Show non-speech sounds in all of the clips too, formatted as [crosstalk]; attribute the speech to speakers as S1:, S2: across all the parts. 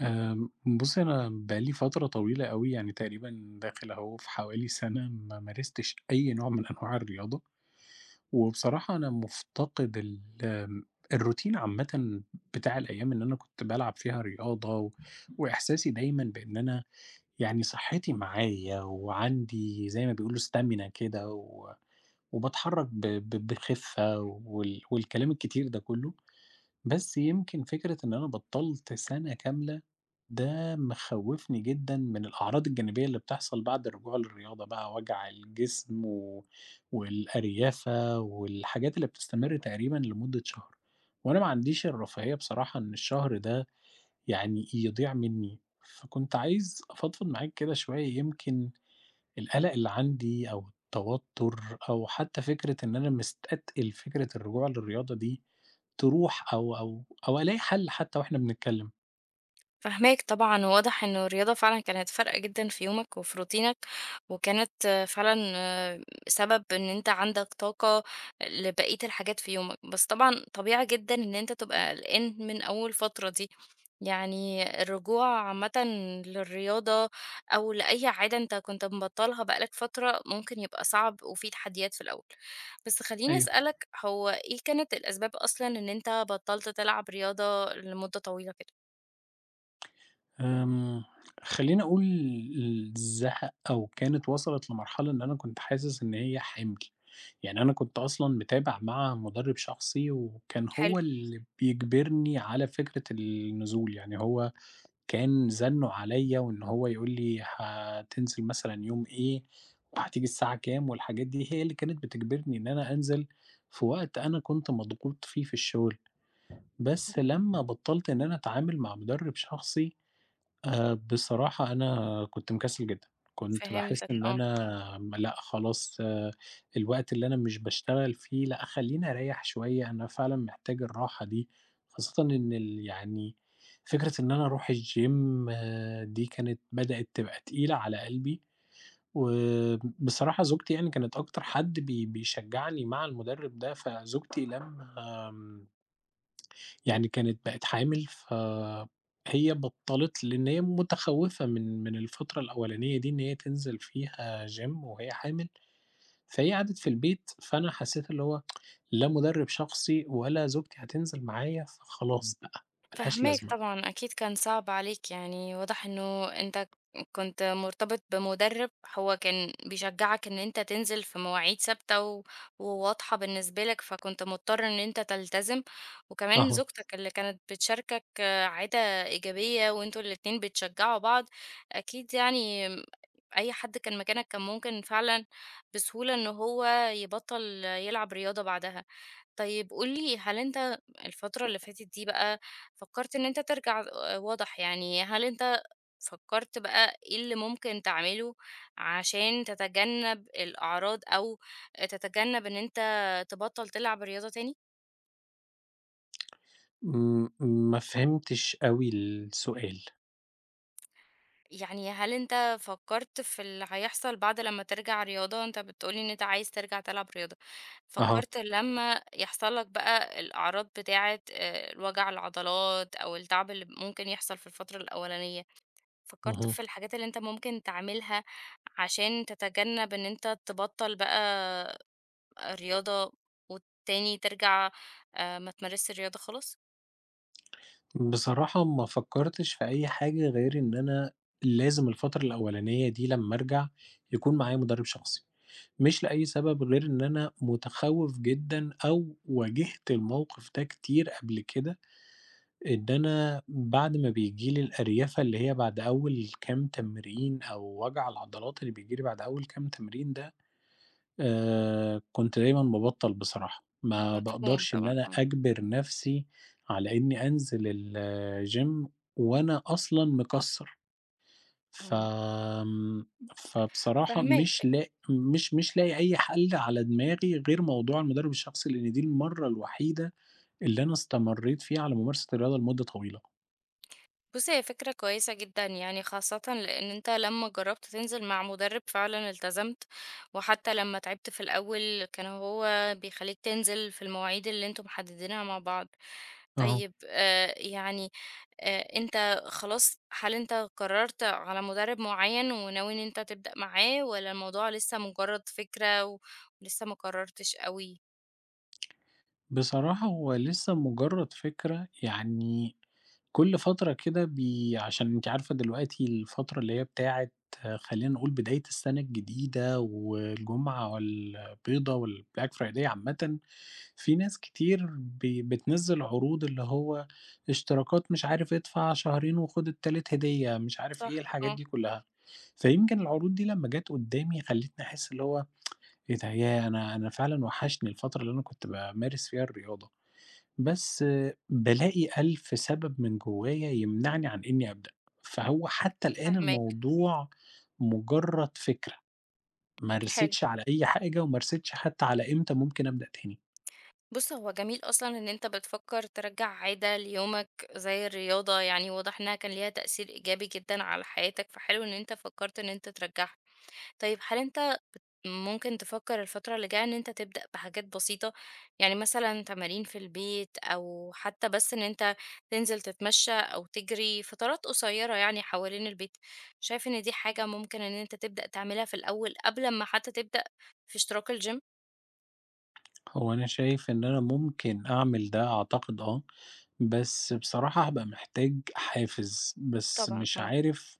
S1: بُصّي أنا بقى لي فترة طويلة أوي، يعني تقريبًا داخل أهو في حوالي سَنة ما مارستش أي نوع من أنواع الرياضة، وبصراحة أنا مُفتقد ال آمم، الروتين عامةً بتاع الأيام اللي أنا كنت بالعب فيها رياضة، وإحساسي دايمًا بإن أنا يعني صحّتي معايا، وعندي زي ما بيقولوا stamina كده، وباتحرّك ب ب بخِفّة والكلام الكتير ده كُلّه. بس يمكن فكرة إن أنا بطّلت سَنة كاملة، ده مخوّفني جدًا من الأعراض الجانبية اللي بتحصل بعد الرجوع للرياضة بقى، وجع الجسم والأريافة والحاجات اللي بتستمر تقريبًا لمدة شهر، وأنا ما عنديش الرفاهية بصراحة إن الشهر ده يعني يضيع منّي، فكنت عايز أفضفض معاك كده شوية يمكن القلق اللي عندي أو التوتر أو حتى فكرة إن أنا مستتقل فكرة الرجوع للرياضة دي تروح أو ألاقي حل حتى وإحنا بنتكلم.
S2: فاهماك طبعًا، وواضح إنه الرياضة فعلًا كانت فارقة جدًا في يومك وفي روتينك، وكانت فعلًا سبب إن أنت عندك طاقة لبقية الحاجات في يومك. بس طبعًا طبيعي جدًا إن أنت تبقى قلقان من أول فترة دي، يعني الرجوع عامةً للرياضة أو لأي عادة أنت كنت مبطّلها بقى لك فترة ممكن يبقى صعب وفيه تحديات في الأول. بس خلّيني
S1: أيوه.
S2: أسألك، هو إيه كانت الأسباب أصلًا إن أنت بطّلت تلعب رياضة لمدة طويلة كده؟
S1: آمم، خلّيني أقول الزهق أو كانت وصلت لمرحلة إن أنا كنت حاسس إن هي حِمل، يعني أنا كنت أصلًا متابع مع مُدرب شخصي وكان
S2: حلو.
S1: هو اللي بيجبرني على فكرة النزول، يعني هو كان زنّه عليّا وإن هو يقول لي هتنزل مثلًا يوم إيه، وهتيجي الساعة كام، والحاجات دي هي اللي كانت بتجبرني إن أنا أنزل في وقت أنا كنت مضغوط فيه في الشغل، بس لمّا بطّلت إن أنا أتعامل مع مدرب شخصي، بصراحة أنا كنت مكسّل جدًا، كنت باحس
S2: فهمتك،
S1: إن
S2: آه.
S1: أنا لأ خلاص أه الوقت اللي أنا مش باشتغل فيه لأ خلّيني أريّح شوية، أنا فعلًا محتاج الراحة دي، خاصةً إن ال يعني فكرة إن أنا أروح الgym آه، دي كانت بدأت تبقى تقيلة على قلبي، وبصراحة زوجتي يعني كانت أكتر حد بيشجّعني مع المُدرِّب ده، فزوجتي لمّا آمم يعني كانت بقت حامل، فهي بطّلت لإن هي متخوّفة من الفترة الأولانية دي إن هي تنزل فيها gym وهي حامل، فهي قعدت في البيت، فأنا حسّيت اللي هو لا مُدرِّب شخصي ولا زوجتي هتنزل معايا، فخلاص بقى ما لهاش
S2: فاهماك
S1: لازمة. فاهماك.
S2: طبعًا، أكيد كان صعب عليك يعني، واضح إنه أنت كنت مرتبط بمُدرِّب هو كان بيشجّعك إن أنت تنزل في مواعيد ثابتة وواضحة بالنسبة لك، فكنت مضطر إن أنت تلتزم، وكمان
S1: أها،
S2: زوجتك اللي كانت بتشاركك عادة إيجابية، وأنتم الاتنين بتشجّعوا بعض. أكيد يعني أي حد كان مكانك كان ممكن فعلًا بسهولة إن هو يبطّل يلعب رياضة بعدها. طيب قُل لي، هل أنت الفترة اللي فاتت دي بقى فكرت إن أنت ترجع، واضح يعني، هل أنت فكرت بقى إيه اللي ممكن تعمله عشان تتجنب الأعراض، أو تتجنب إن أنت تبطّل تلعب رياضة تاني؟
S1: م ما فهمتش أوي السؤال.
S2: يعني هل أنت فكرت في اللي هيحصل بعد لمّا ترجع رياضة؟ أنت بتقول لي إن أنت عايز ترجع تلعب رياضة،
S1: أها،
S2: فكرت لمّا يحصل لك بقى الأعراض بتاعة وجع العضلات، أو التعب اللي ممكن يحصل في الفترة الأولانية؟ فكرت
S1: اهم.
S2: في الحاجات اللي أنت ممكن تعملها عشان تتجنب إن أنت تبطّل بقى رياضة، وتاني ترجع ما تمارسش الرياضة خالص؟
S1: بصراحة ما فكّرتش في أي حاجة غير إن أنا لازم الفترة الأولانية دي لمّا أرجع يكون معايا مُدرِّب شخصي. مش لأي سبب غير إن أنا متخوّف جدًا أو واجهت الموقف ده كتير قبل كده، إن أنا بعد ما بييجي لي الأريَفة اللي هي بعد أول كام تمرين أو وجع العضلات اللي بييجي لي بعد أول كام تمرين ده، كنت دايمًا بابطّل بصراحة،
S2: آه.
S1: ما
S2: مفهوم
S1: باقدرش إن
S2: طبعًا،
S1: أنا
S2: آه.
S1: أجبر نَفْسي على إني أنزل الgym وأنا أصلًا مكسّر. ف
S2: إمم،
S1: آمم، فبصراحة مش
S2: فاهماك.
S1: لا مش مش لاقي أي حل على دماغي غير موضوع المدرب الشخصي، لإن دي المرّة الوحيدة اللي أنا استمرّيت فيها على ممارسة الرياضة لمدة طويلة.
S2: بُصّي، هي فكرة كويسة جدًا يعني، خاصةً لإن أنت لمّا جرّبت تنزل مع مُدرِّب فعلًا التزمت، وحتى لمّا تعبت في الأول كان هو بيخلّيك تنزل في المواعيد اللي أنتم محددينها مع بعض.
S1: أها.
S2: طيب يعني أنت خلاص، هل أنت قرّرت على مُدرِّب معيّن وناوي إن أنت تبدأ معاه، والّا الموضوع لسه مجرّد فكرة ولسه ما قرّرتش أوي؟
S1: بصراحة هو لسه مجرّد فكرة يعني كل فترة كده عشان أنتِ عارفة دلوقتي الفترة اللي هي بتاعة خلّينا نقول بداية السَنة الجديدة والجمعة والبيضة والBlack Friday عامةً، في ناس كتير بتنزّل عروض اللي هو اشتراكات مش عارف ادفع شهرين وخُد التالت هدية، مش عارف إيه
S2: صح،
S1: الحاجات
S2: آه،
S1: دي كُلّها. فيمكن العروض دي لمّا جات قُدّامي خلّتني أحس اللي هو إيه ده، ياه! أنا فعلًا وحشني الفترة اللي أنا كنت بامارس فيها الرياضة. بس بالاقي ألف سبب من جوايا يمنعني عن إني أبدأ، فهو حتى الآن
S2: فاهماك،
S1: الموضوع مجرد فكرة، ما
S2: حلو.
S1: رسيتش على أي حاجة وما رسيتش حتى على إمتى ممكن أبدأ تاني.
S2: بُص، هو جميل أصلًا إن أنت بتفكّر ترجّع عادة ليومك زي الرياضة، يعني واضح إنها كان ليها تأثير إيجابي جدًا على حياتك، فحلو إن أنت فكّرت إن أنت ترجّعها. طيب هل أنت ممكن تفكّر الفترة اللي جاية إن أنت تبدأ بحاجات بسيطة، يعني مثلًا تمارين في البيت، أو حتى بس إن أنت تنزل تتمشّى أو تجري فترات قصيّرة يعني حوالين البيت؟ شايف إن دي حاجة ممكن إن أنت تبدأ تعملها في الأول قبل أمّا حتى تبدأ في اشتراك الgym؟
S1: هو أنا شايف إن أنا ممكن أعمل ده أعتقد آه، بس بصراحة هابقى محتاج حافز، بس
S2: طبعًا،
S1: مش
S2: آه.
S1: عارف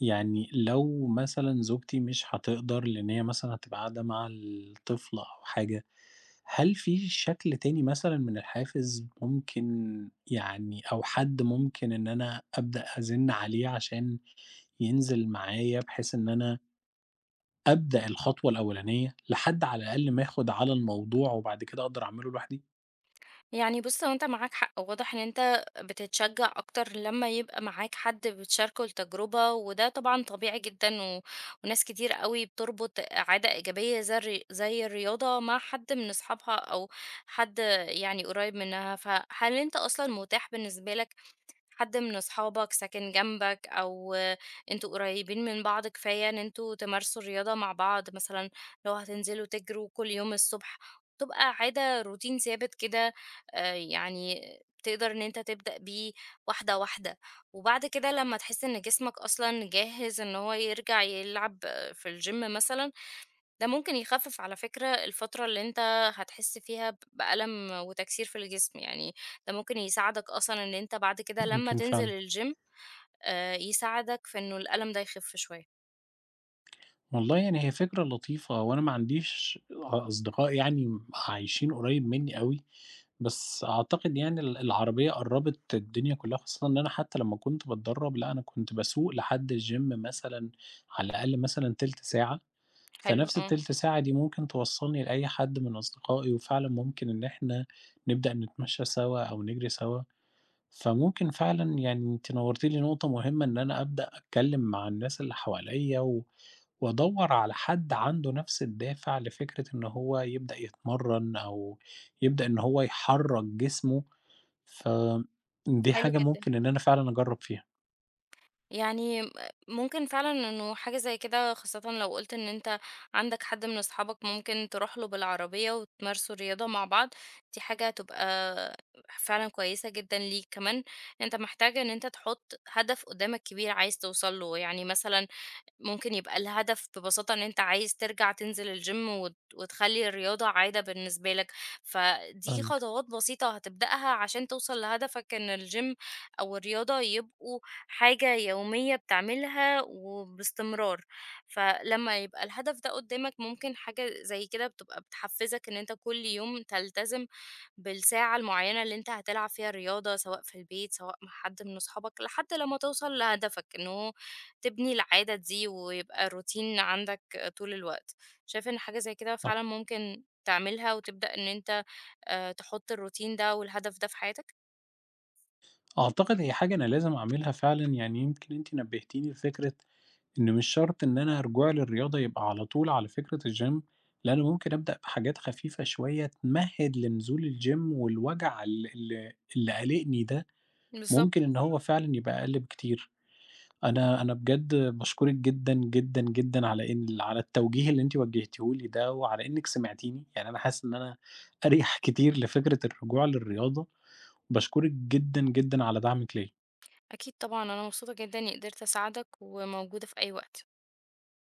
S1: يعني لو مثلًا زوجتي مش هتقدر لإن هي مثلًا هتبقى قاعدة مع الطفل أو حاجة هل في شكل تاني مثلًا من الحافز ممكن يعني أو حد ممكن إن أنا أبدأ أزِن عليه عشان ينزل معايا، بحيث إن أنا أبدأ الخطوة الأولانية، لحد على الأقل ما ياخد على الموضوع وبعد كده أقدر أعمله لوحدي؟
S2: يعني بُص، هو أنت معاك حق، واضح إن أنت بتتشجّع أكتر لمّا يبقى معاك حد بتشاركه التجربة، وده طبعًا طبيعي جدًا، وناس كتير أوي بتربط عادة إيجابية زي الرياضة مع حد من أصحابها، أو حد يعني قريب منها. فهل أنت أصلًا متاح بالنسبة لك حد من أصحابك ساكن جنبك، أو أنتوا قريبين من بعض كفاية إن أنتوا تمارسوا الرياضة مع بعض مثلا؟ لو هتنزلوا تجروا كل يوم الصبح تبقى عادة، روتين ثابت كده، يعني تقدر إن أنت تبدأ بيه واحدة واحدة، وبعد كده لما تحس إن جسمك أصلا جاهز إن هو يرجع يلعب في الجيم مثلا. ده ممكن يخفف على فكرة الفترة اللي انت هتحس فيها بألم وتكسير في الجسم يعني. ده ممكن يساعدك أصلا ان انت بعد كده لما
S1: ممكن
S2: تنزل
S1: فعلًا.
S2: الجيم، يساعدك في انه الألم ده يخف شوية.
S1: والله يعني هي فكرة لطيفة، وأنا ما عنديش أصدقاء يعني عايشين قريب مني أوي. بس أعتقد يعني العربية قرّبت الدنيا كلّها، خاصةً إن أنا حتى لمّا كنت باتدرّب، لأ أنا كنت باسوق لحد الgym مثلًا على الأقل مثلًا تِلت ساعة،
S2: حلو،
S1: فنفْس
S2: اه.
S1: التِلت ساعة دي ممكن توصّلني لأي حد من أصدقائي، وفعلًا ممكن إن إحنا نبدأ نتمشى سوا أو نجري سوا. فممكن فعلًا يعني أنتِ نوّرتِ لي نقطة مهمة، إن أنا أبدأ أتكلّم مع الناس اللي حواليّا وأدوّر على حد عنده نفس الدافع لفكرة إن هو يبدأ يتمرّن أو يبدأ إن هو يحرّك جسمه، فدي
S2: حلو
S1: حاجة
S2: جدا،
S1: ممكن إن أنا فعلًا أجرّب فيها،
S2: يعني ممكن فعلا انه حاجة زي كده، خاصة لو قلت ان انت عندك حد من اصحابك ممكن تروح له بالعربية وتمارسوا الرياضة مع بعض. دي حاجة هتبقى فعلا كويسة جدا ليك كمان. انت محتاج ان انت تحط هدف قدامك كبير عايز توصل له، يعني مثلا ممكن يبقى الهدف ببساطة إن أنت عايز ترجع تنزل الجيم وتخلّي الرياضة عادة بالنسبة لك. فدي
S1: فاهمِك،
S2: خطوات بسيطة هتبدأها عشان توصل لهدفك إن الجيم أو الرياضة يبقوا حاجة يومية بتعملها وباستمرار. فلمّا يبقى الهدف ده قدّامك ممكن حاجة زي كده بتبقى بتحفّزك إن أنت كل يوم تلتزم بالساعة المعيّنة اللي أنت هتلعب فيها الرياضة، سواء في البيت، سواء مع حد من أصحابك، لحد لمّا توصل لهدفك إن هو تبني العادة دي ويبقى روتين عندك طول الوقت. شايف إن حاجة زي كده
S1: صح.
S2: فعلًا ممكن تعملها وتبدأ إن أنت تحط الروتين ده والهدف ده في حياتك؟
S1: أعتقد هي حاجة أنا لازم أعملها فعلًا، يعني يمكن أنتِ نبّهتيني لفكرة إن مش شرط إن أنا رجوعي للرياضة يبقى على طول على فكرة الجيم، لأ أنا ممكن أبدأ بحاجات خفيفة شوية تمهِّد لنزول الجيم والوجع ال ال اللي قالقني ده، ممكن
S2: بالضبط.
S1: إن هو فعلًا يبقى أقل بكتير. أنا بجد باشكرِك جدًا، جدًا، جدًا على على التوجيه اللي أنتِ وجهتيه لي ده وعلى إنِك سمعتيني، يعني أنا حاسس إن أنا أريح [laughs] كتير لفكرة الرجوع للرياضة، باشكرِك جدًا، جدًا على دعمِك ليّا.
S2: أكيد طبعًا، أنا مبسوطة جدًا إني قدرت أساعدك وموجودة في أي وقت.